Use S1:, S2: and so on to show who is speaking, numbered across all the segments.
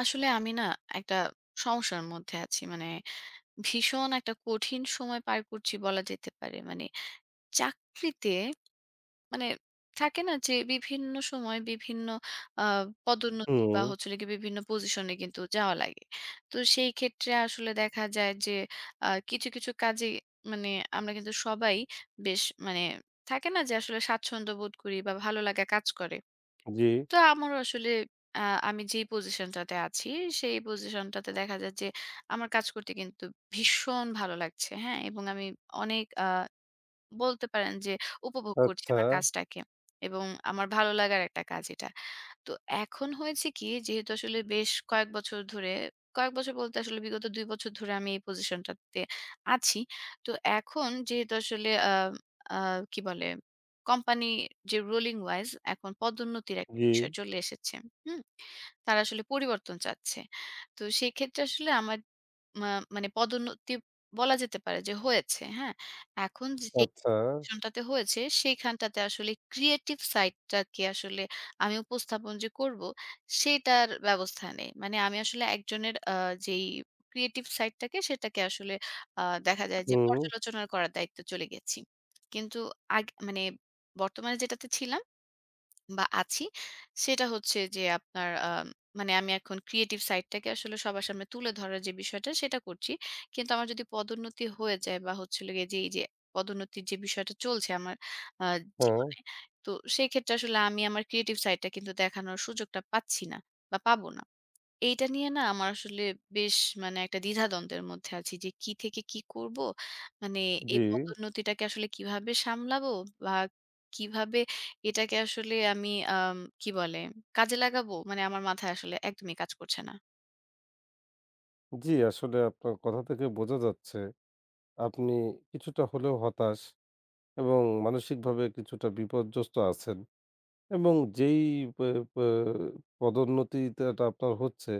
S1: আসলে আমি না একটা সমস্যার মধ্যে আছি। মানে ভীষণ একটা কঠিন সময় পার করছি বলা যেতে পারে। মানে চাকরিতে মানে থাকে না যে বিভিন্ন সময় বিভিন্ন আ পদোন্নতি বা
S2: হুম,
S1: হচ্ছে হলো গিয়ে বিভিন্ন পজিশনে কিন্তু যাওয়া লাগে। তো সেই ক্ষেত্রে আসলে দেখা যায় যে কিছু, কিছু কাজে মানে আমরা কিন্তু সবাই বেশ মানে থাকে না যে আসলে স্বাচ্ছন্দ্য বোধ করি বা ভালো লাগা কাজ করে।
S2: জি।
S1: তো আমারও আসলে আ আমি যেই পজিশনটাতে আছি, সেই পজিশনটাতে দেখা যায় যে আমার কাজ করতে কিন্তু ভীষণ ভালো লাগছে। হ্যাঁ? এবং আমি অনেক বলতে পারেন যে উপভোগ করছি
S2: আচ্ছা,
S1: আমার কাজটাকে। এবং আমার ভালো লাগার একটা কাজ এটা। তো এখন হয়েছে কি যেহেতু আসলে বেশ কয়েক বছর ধরে কয়েক বছর বলতে আসলে বিগত ২ বছর ধরে আমি এই পজিশনটাতে আছি। তো এখন যেহেতু আসলে আ আ কি বলে? কোম্পানি যে রোলিং ওয়াইজ এখন পদোন্নতির একটা
S2: জি।
S1: বিষয় চলে এসেছে। হুম? তারা আসলে পরিবর্তন চাচ্ছে। তো সেক্ষেত্রে আসলে আমার মা মানে পদোন্নতি বলা যেতে পারে যে হয়েছে। হ্যাঁ? এখন যে
S2: আচ্ছা।
S1: অনশনটাতে হয়েছে সেইখানটাতে আসলে ক্রিয়েটিভ সাইডটাকে আসলে আমি উপস্থাপন যে করব সেটার ব্যবস্থা নেই। মানে আমি আসলে একজনের যেই ক্রিয়েটিভ সাইডটাকে সেটাকে আসলে আ দেখা যায় যে
S2: হুম।
S1: পর্যালোচনা করার দায়িত্বে চলে গেছি। কিন্তু মানে বর্তমানে যেটাতে ছিলাম বা আছি। সেটা হচ্ছে যে আপনার মানে আমি এখন ক্রিয়েটিভ সাইডটাকে আসলে সবার সামনে তুলে ধরার যে বিষয়টা সেটা করছি। কিন্তু আমার যদি পদোন্নতি হয়ে যায় বা হচ্ছিল গিয়ে যে এই যে পদোন্নতির যে বিষয়টা চলছে আমার আ
S2: হ্যাঁ,
S1: জীবনে, তো সেই ক্ষেত্রে আসলে আমি আমার ক্রিয়েটিভ সাইডটা কিন্তু দেখানোর সুযোগটা পাচ্ছি না বা পাবো না। এইটা নিয়ে না আমার আসলে বেশ মানে একটা দ্বিধাদ্বন্দ্বের মধ্যে আছি যে কি থেকে কি করব। মানে এই
S2: জি,
S1: পদোন্নতিটাকে আসলে কিভাবে সামলাবো বা কিভাবে এটাকে আসলে আমি কি বলে কাজে লাগাবো? মানে আমার মাথায় আসলে একদমই কাজ করছে না।
S2: জি, আসলে আপনার কথা থেকে বোঝা যাচ্ছে আপনি কিছুটা হলেও হতাশ এবং মানসিকভাবে কিছুটা বিপর্যস্ত আছেন, এবং যেই পে পে পদোন্নতিটা আপনার হচ্ছে,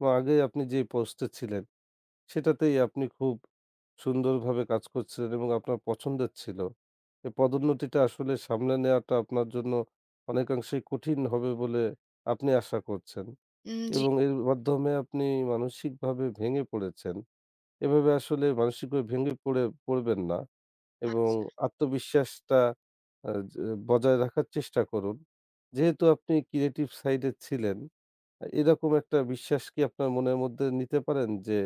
S2: বা আগে আপনি যে পোস্টে ছিলেন সেটাতেই আপনি খুব সুন্দরভাবে কাজ করছিলেন এবং আপনার পছন্দের ছিল। এই পদোন্নতিটা আসলে সামলে নেওয়াটা আপনার জন্য অনেকাংশেই কঠিন হবে বলে আপনি আশা করছেন,
S1: জি,
S2: এবং এর মাধ্যমে আপনি মানসিকভাবে ভেঙে পড়েছেন। এভাবে আসলে মানসিকভাবে ভেঙে পড়বেন না, এবং
S1: আচ্ছা।
S2: আত্মবিশ্বাসটা আ য বজায় রাখার চেষ্টা করুন। যেহেতু আপনি ক্রিয়েটিভ সাইডে ছিলেন, এরকম একটা বিশ্বাস কি আপনার মনের মধ্যে নিতে পারেন যে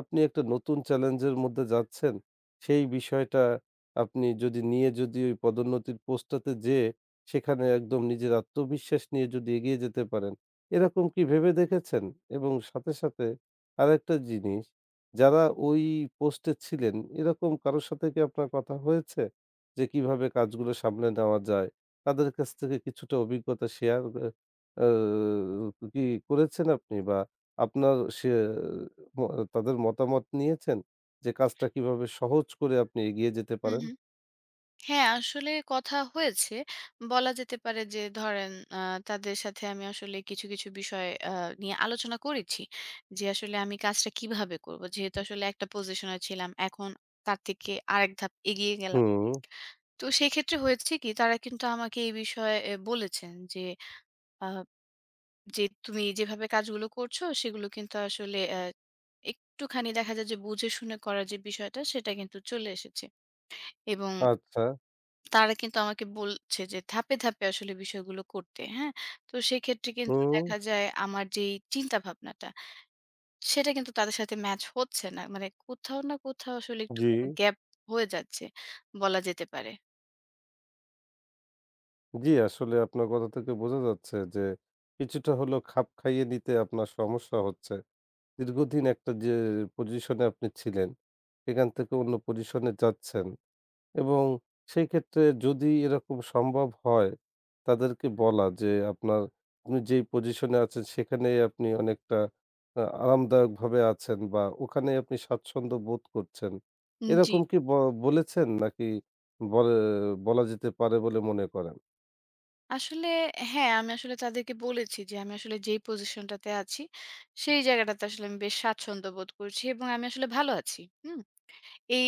S2: আপনি একটা নতুন চ্যালেঞ্জের মধ্যে যাচ্ছেন, সেই বিষয়টা আপনি যদি নিয়ে যদি ওই পদোন্নতির পোস্টটাতে যেয়ে সেখানে একদম নিজের আত্মবিশ্বাস নিয়ে যদি এগিয়ে যেতে পারেন, এরকম কি ভেবে দেখেছেন? এবং সাথে সাথে আরেকটা জিনিস, যারা ওই পোস্টে ছিলেন এরকম কারোর সাথে কি আপনার কথা হয়েছে যে কিভাবে কাজগুলো সামলে নেওয়া যায়, তাদের কাছ থেকে কিছুটা অভিজ্ঞতা শেয়ার আ কি করেছেন আপনি? বা আপনার সে ম তাদের মতামত নিয়েছেন? যে কাজটা কিভাবে সহজ করে আপনি এগিয়ে যেতে
S1: হুম,
S2: পারেন?
S1: হুম। হ্যাঁ, আসলে কথা হয়েছে। বলা যেতে পারে যে ধরেন তাদের সাথে আমি আসলে কিছু, কিছু বিষয় নিয়ে আলোচনা করেছি। যে আসলে আমি কাজটা কিভাবে করব। যেহেতু আসলে একটা পজিশনে ছিলাম। এখন তার থেকে আরেক ধাপ এগিয়ে গেলাম।
S2: হুম,
S1: তো সেক্ষেত্রে হয়েছে কি তারা কিন্তু আমাকে এই বিষয়ে বলেছেন যে আ যে তুমি যেভাবে কাজগুলো করছো সেগুলো কিন্তু আসলে একটুখানি দেখা যায় যে বুঝে শুনে করার যে বিষয়টা সেটা কিন্তু চলে এসেছে এবং
S2: আচ্ছা।
S1: তারা কিন্তু আমাকে বলছে যে ধাপে, ধাপে আসলে বিষয়গুলো করতে। হ্যাঁ? তো সেক্ষেত্রে কিন্তু
S2: হুম,
S1: দেখা যায় আমার যেই চিন্তা ভাবনাটা, সেটা কিন্তু তাদের সাথে ম্যাচ হচ্ছে না। মানে কোথাও না কোথাও আসলে
S2: জি,
S1: একটুখানি গ্যাপ হয়ে যাচ্ছে বলা যেতে পারে।
S2: জি, আসলে আপনার কথা থেকে বোঝা যাচ্ছে যে কিছুটা হলেও খাপ খাইয়ে নিতে আপনার সমস্যা হচ্ছে। দীর্ঘদিন একটা যে পজিশনে আপনি ছিলেন, সেখান থেকে অন্য পজিশনে যাচ্ছেন। এবং সেই ক্ষেত্রে যদি এরকম সম্ভব হয়, তাদেরকে বলা যে আপনার আপনি যেই পজিশনে আছেন সেখানেই আপনি অনেকটা আ আরামদায়কভাবে আছেন বা ওখানেই আপনি স্বাচ্ছন্দ্য বোধ করছেন।
S1: জি।
S2: এরকম কি বলেছেন নাকি বলে বলা যেতে পারে বলে মনে করেন?
S1: আসলে হ্যাঁ, আমি আসলে তাদেরকে বলেছি যে আমি আসলে যেই পজিশনটাতে আছি, সেই জায়গাটাতে আসলে আমি বেশ স্বাচ্ছন্দ্য বোধ করছি এবং আমি আসলে ভালো আছি। হুম? এই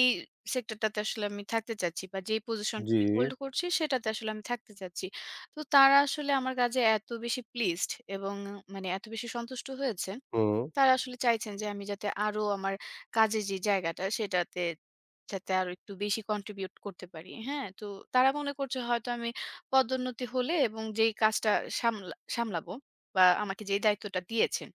S1: সেক্টরটাতে আসলে আমি থাকতে চাচ্ছি বা যেই পজিশনটা
S2: জি।
S1: আমি হোল্ড করছি সেটাতে আসলে আমি থাকতে চাচ্ছি। তো তারা আসলে আমার কাজে এত বেশি প্লিজড এবং মানে এত বেশি সন্তুষ্ট হয়েছে,
S2: হুম,
S1: তারা আসলে চাইছেন যে আমি যাতে আরো আমার কাজের যে জায়গাটা সেটাতে যাতে আরো একটু বেশি কন্ট্রিবিউট করতে পারি। হ্যাঁ? তো তারা মনে করছে হয়তো আমি পদোন্নতি হলে এবং যেই কাজটা সামলাবো বা আমাকে যেই দায়িত্বটা দিয়েছেন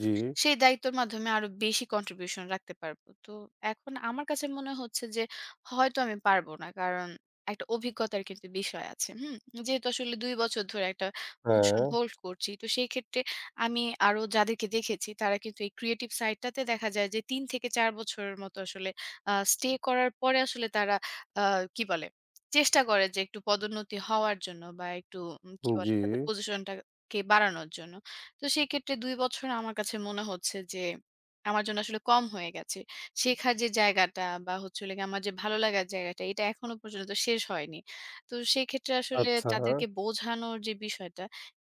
S2: জি,
S1: সেই দায়িত্বের মাধ্যমে আরো বেশি কন্ট্রিবিউশন রাখতে পারবো। তো এখন আমার কাছে মনে হচ্ছে যে হয়তো আমি পারবো না। কারণ একটা অভিজ্ঞতার কিন্তু বিষয় আছে। হুম? যেহেতু আসলে ২ বছর ধরে একটা পজিশন
S2: হ্যাঁ,
S1: হোল্ড করছি। তো সেই ক্ষেত্রে আমি আরো যাদেরকে দেখেছি তারা কিন্তু এই ক্রিয়েটিভ সাইডটাতে দেখা যায় যে ৩ থেকে ৪ বছরের মতো আসলে স্টে করার পরে আসলে তারা আ কি বলে? চেষ্টা করে যে একটু পদোন্নতি হওয়ার জন্য বা একটু কি বলে?
S2: জি,
S1: তাদের পজিশনটাকে বাড়ানোর জন্য। তো সেই ক্ষেত্রে ২ বছর আমার কাছে মনে হচ্ছে যে আমার জন্য আসলে কম হয়ে গেছে। শেখার যে জায়গাটা বা হচ্ছে হলো গিয়ে আমার যে ভালো লাগার জায়গাটা এটা এখনো পর্যন্ত শেষ হয়নি। তো সেই ক্ষেত্রে আসলে
S2: আচ্ছা।
S1: তাদেরকে বোঝানোর যে বিষয়টা,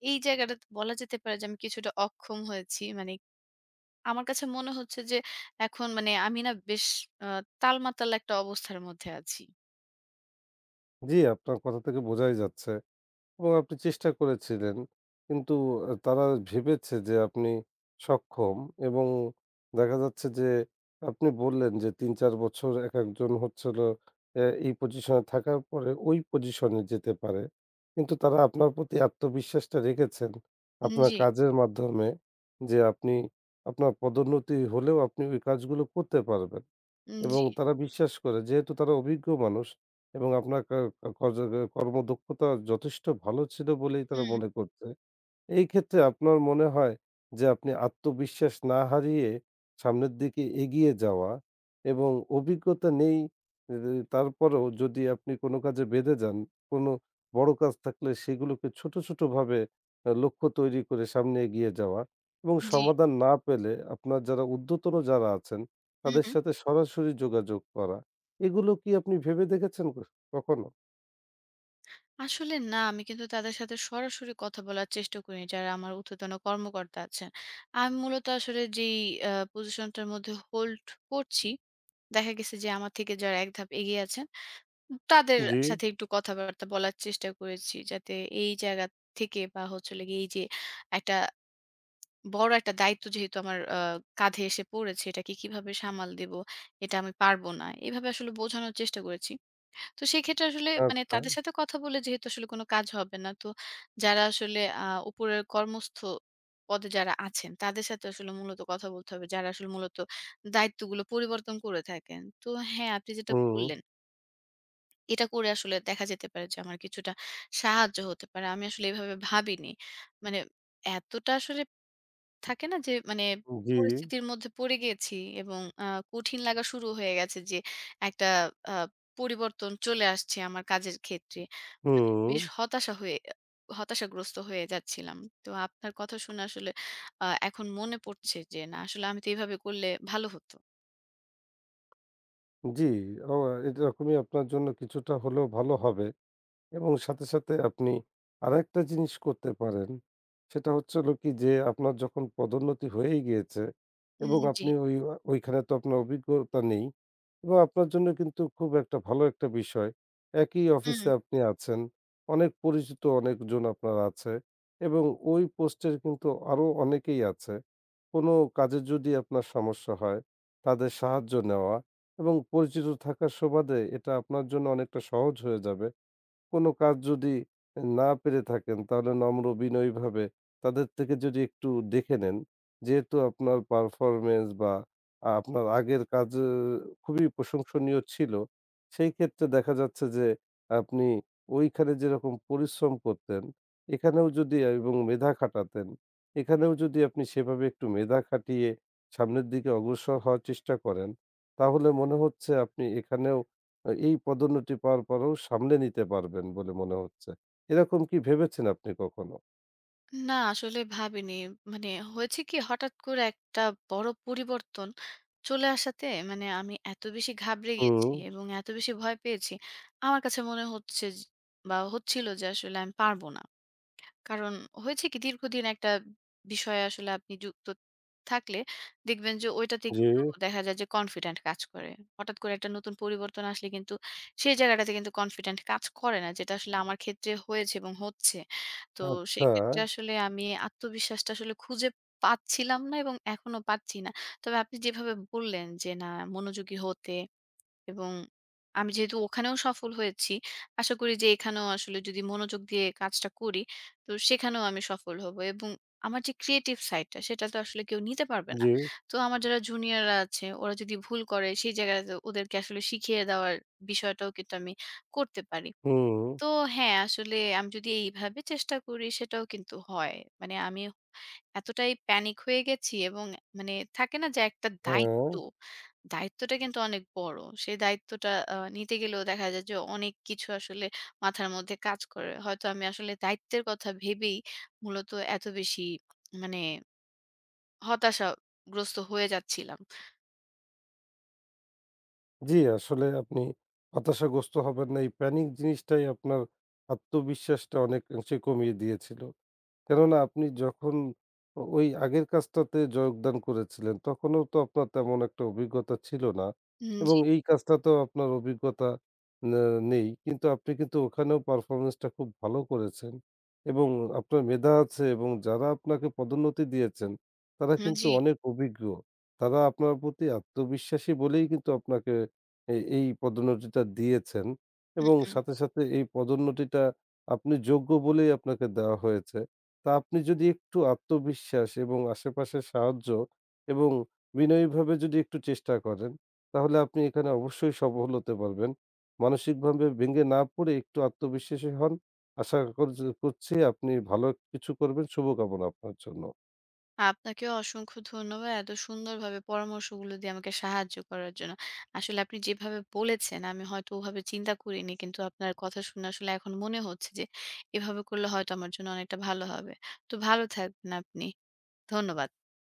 S1: এই জায়গাটাতে বলা যেতে পারে যে আমি কিছুটা অক্ষম হয়েছি। মানে আমার কাছে মনে হচ্ছে যে এখন মানে আমি না বেশ আ তালমাতাল একটা অবস্থার মধ্যে আছি।
S2: জি, আপনার কথা থেকে বোঝাই যাচ্ছে। এবং আপনি চেষ্টা করেছিলেন। কিন্তু আ তারা ভেবেছে যে আপনি সক্ষম, এবং দেখা যাচ্ছে যে আপনি বললেন যে ৩-৪ বছর একেকজন হচ্ছে হলো এই পজিশনে থাকার পরে ওই পজিশনে যেতে পারে। কিন্তু তারা আপনার প্রতি আত্মবিশ্বাসটা রেখেছেন আপনার
S1: জি,
S2: কাজের মাধ্যমে, যে আপনি আপনার পদোন্নতি হলেও আপনি ওই কাজগুলো করতে পারবেন।
S1: জি,
S2: এবং তারা বিশ্বাস করে, যেহেতু তারা অভিজ্ঞ মানুষ এবং আপনার কা কা কর্য কর্মদক্ষতা যথেষ্ট ভালো ছিল বলেই তারা
S1: হুম,
S2: মনে করছে। এই ক্ষেত্রে আপনার মনে হয় যে আপনি আত্মবিশ্বাস না হারিয়ে সামনের দিকে এগিয়ে যাওয়া এবং অভিজ্ঞতা নেই, এ, তারপরেও যদি আপনি কোনো কাজে বেঁধে যান, কোনো বড় কাজ থাকলে সেগুলোকে ছোট ছোটভাবে লক্ষ্য তৈরি করে সামনে এগিয়ে যাওয়া, এবং
S1: জি,
S2: সমাধান না পেলে আপনার যারা ঊর্ধ্বতন যারা আছেন
S1: হু,
S2: তাদের
S1: হু।
S2: সাথে সরাসরি যোগাযোগ করা, এগুলো কি আপনি ভেবে দেখেছেন কখনো?
S1: আসলে না, আমি কিন্তু তাদের সাথে সরাসরি কথা বলার চেষ্টা করি যারা আমার ঊর্ধ্বতন কর্মকর্তা আছেন। আমি মূলত আসলে যেই পজিশনটার মধ্যে হোল্ড করছি, দেখা গেছে যে আমার থেকে যারা এক ধাপ এগিয়ে আছেন, তাদের
S2: জি।
S1: সাথে একটু কথাবার্তা বলার চেষ্টা করেছি। যাতে এই জায়গা থেকে বা হচ্ছে হলো গিয়ে এই যে একটা বড় একটা দায়িত্ব যেহেতু আমার কাঁধে এসে পড়েছে, এটাকে কিভাবে সামাল দিব? এটা আমি পারব না। এভাবে আসলে বোঝানোর চেষ্টা করেছি। তো সেক্ষেত্রে আসলে মানে
S2: আচ্ছা।
S1: তাদের সাথে কথা বলে যেহেতু আসলে কোনো কাজ হবে না, তো যারা আসলে উপরের পদে যারা আছেন, তাদের সাথে আসলে মূলত কথা বলতে হবে। যারা আসলে মূলত দায়িত্বগুলো পরিবর্তন করে থাকেন। তো হ্যাঁ, আপনি যেটা
S2: হুম।
S1: বললেন, এটা করে আসলে দেখা যেতে পারে যে আমার কিছুটা সাহায্য হতে পারে। আমি আসলে এভাবে ভাবিনি। মানে এতটা আসলে থাকে না যে মানে
S2: জি।
S1: পরিস্থিতির মধ্যে পড়ে গেছি এবং কঠিন লাগা শুরু হয়ে গেছে যে একটা আ পরিবর্তন চলে আসছে আমার কাজের ক্ষেত্রে। মানে
S2: হুম।
S1: বেশ হতাশাগ্রস্ত হয়ে যাচ্ছিলাম। তো আপনার কথা শুনে আসলে এখন মনে পড়ছে যে না আসলে আমি তো এভাবে করলে ভালো হতো।
S2: জি, ও এরকমই আপনার জন্য কিছুটা হলেও ভালো হবে। এবং সাথে, সাথে আপনি আরেকটা জিনিস করতে পারেন। সেটা হচ্ছে হলো কি, যে আপনার যখন পদোন্নতি হয়েই গিয়েছে, এবং
S1: জি।
S2: আপনি ওইখানে তো আপনার অভিজ্ঞতা নেই, এবং আপনার জন্য কিন্তু খুব একটা ভালো একটা বিষয়। একই
S1: হুম।
S2: অফিসে আপনি আছেন, অনেক পরিচিত অনেকজন আপনার আছে এবং ওই পোস্টের কিন্তু আরো অনেকেই আছে। কোনো কাজে যদি আপনার সমস্যা হয়, তাদের সাহায্য নেওয়া এবং পরিচিত থাকার সুবাদে এটা আপনার জন্য অনেকটা সহজ হয়ে যাবে। কোনো কাজ যদি না পেরে থাকেন তাহলে নম্র বিনয়ীভাবে তাদের থেকে যদি একটু দেখে নেন, যেহেতু আপনার পারফরম্যান্স বা আপনার আগের কাজ খুবই প্রশংসনীয় ছিল, সেই ক্ষেত্রে দেখা যাচ্ছে যে আপনি ওইখানে যেরকম পরিশ্রম করতেন, এখানেও যদি এবং মেধা খাটাতেন, এখানেও যদি আপনি সেভাবে একটু মেধা খাটিয়ে সামনের দিকে অগ্রসর হওয়ার চেষ্টা করেন, তাহলে মনে হচ্ছে আপনি এখানেও এই পদোন্নতি পাওয়ার পরেও সামলে নিতে পারবেন বলে মনে হচ্ছে। এরকম কি ভেবেছেন আপনি কখনো?
S1: না আসলে ভাবিনি। মানে হয়েছে কি হঠাৎ করে একটা বড় পরিবর্তন চলে আসাতে মানে আমি এত বেশি ঘাবড়ে গেছি
S2: হুম,
S1: এবং এত বেশি ভয় পেয়েছি। আমার কাছে মনে হচ্ছে বা হচ্ছিল যে আসলে আমি পারব না। কারণ হয়েছে কি দীর্ঘদিন একটা বিষয়ে আসলে আপনি যুক্ত থাকলে দেখবেন যে ওইটাতে
S2: জি।
S1: কিন্তু দেখা যায় যে কনফিডেন্ট কাজ করে। হঠাৎ করে একটা নতুন পরিবর্তন আসলে কিন্তু সেই জায়গাটাতে কিন্তু কনফিডেন্ট কাজ করে না। যেটা আসলে আমার ক্ষেত্রে হয়েছে এবং হচ্ছে। তো
S2: আচ্ছা।
S1: সেক্ষেত্রে আসলে আমি আত্মবিশ্বাসটা আসলে খুঁজে পাচ্ছিলাম না এবং এখনো পাচ্ছি না। তবে আপনি যেভাবে বললেন যে না মনোযোগী হতে এবং আমি যেহেতু ওখানেও সফল হয়েছি, আশা করি যে এখানেও আসলে যদি মনোযোগ দিয়ে কাজটা করি, তো সেখানেও আমি সফল হব। এবং আমার যে ক্রিয়েটিভ সাইডটা সেটা তো আসলে কেউ নিতে পারবে না।
S2: জি,
S1: তো আমার যারা জুনিয়ররা আছে ওরা যদি ভুল করে সেই জায়গায় তো ওদেরকে আসলে শিখিয়ে দেওয়ার বিষয়টাও কিন্তু আমি করতে পারি।
S2: হুম।
S1: তো হ্যাঁ, আসলে আমি যদি এইভাবে চেষ্টা করি সেটাও কিন্তু হয়। মানে আমি এতটাই প্যানিক হয়ে গেছি এবং মানে থাকে না যে একটা
S2: হ্যাঁ,
S1: দায়িত্বটা কিন্তু অনেক বড়। সেই দায়িত্বটা নিতে গেলেও দেখা যায় যে অনেক কিছু আসলে মাথার মধ্যে কাজ করে। হয়তো আমি আসলে দায়িত্বের কথা ভেবেই মূলত এত বেশি মানে হতাশাগ্রস্ত হয়ে যাচ্ছিলাম।
S2: জি, আসলে আপনি হতাশাগ্রস্ত হবেন না। এই প্যানিক জিনিসটাই আপনার আত্মবিশ্বাসটা অনেকাংশে কমিয়ে দিয়েছিল। কেননা আপনি যখন ওই আগের কাজটাতে যোগদান করেছিলেন, তখনও তো আপনার তেমন একটা অভিজ্ঞতা ছিল না, এবং
S1: জি,
S2: এই কাজটাতেও আপনার অভিজ্ঞতা নে নেই। কিন্তু আপনি কিন্তু ওখানেও পারফরম্যান্সটা খুব ভালো করেছেন এবং আপনার মেধা আছে, এবং যারা আপনাকে পদোন্নতি দিয়েছেন, তারা
S1: হুম,
S2: কিন্তু
S1: জি।
S2: অনেক অভিজ্ঞ। তারা আপনার প্রতি আত্মবিশ্বাসী বলেই কিন্তু আপনাকে এই পদোন্নতিটা দিয়েছেন, এবং
S1: হুম।
S2: সাথে, সাথে এই পদোন্নতিটা আপনি যোগ্য বলেই আপনাকে দেওয়া হয়েছে। তো আপনি যদি একটু আত্মবিশ্বাস এবং আশেপাশের সাহায্য এবং বিনয়ীভাবে যদি একটু চেষ্টা করেন, তাহলে আপনি এখানে অবশ্যই সফল হতে পারবেন। মানসিকভাবে ভেঙে না পড়ে একটু আত্মবিশ্বাসী হন। আশা করছি আপনি ভালো কিছু করবেন। শুভকামনা আপনার জন্য।
S1: আপনাকেও অসংখ্য ধন্যবাদ। এত সুন্দরভাবে পরামর্শগুলো দিয়ে আমাকে সাহায্য করার জন্য। আসলে আপনি যেভাবে বলেছেন আমি হয়তো ওভাবে চিন্তা করিনি। কিন্তু আপনার কথা শুনে আসলে এখন মনে হচ্ছে যে এভাবে করলে হয়তো আমার জন্য অনেকটা ভালো হবে। তো ভালো থাকবেন আপনি। ধন্যবাদ।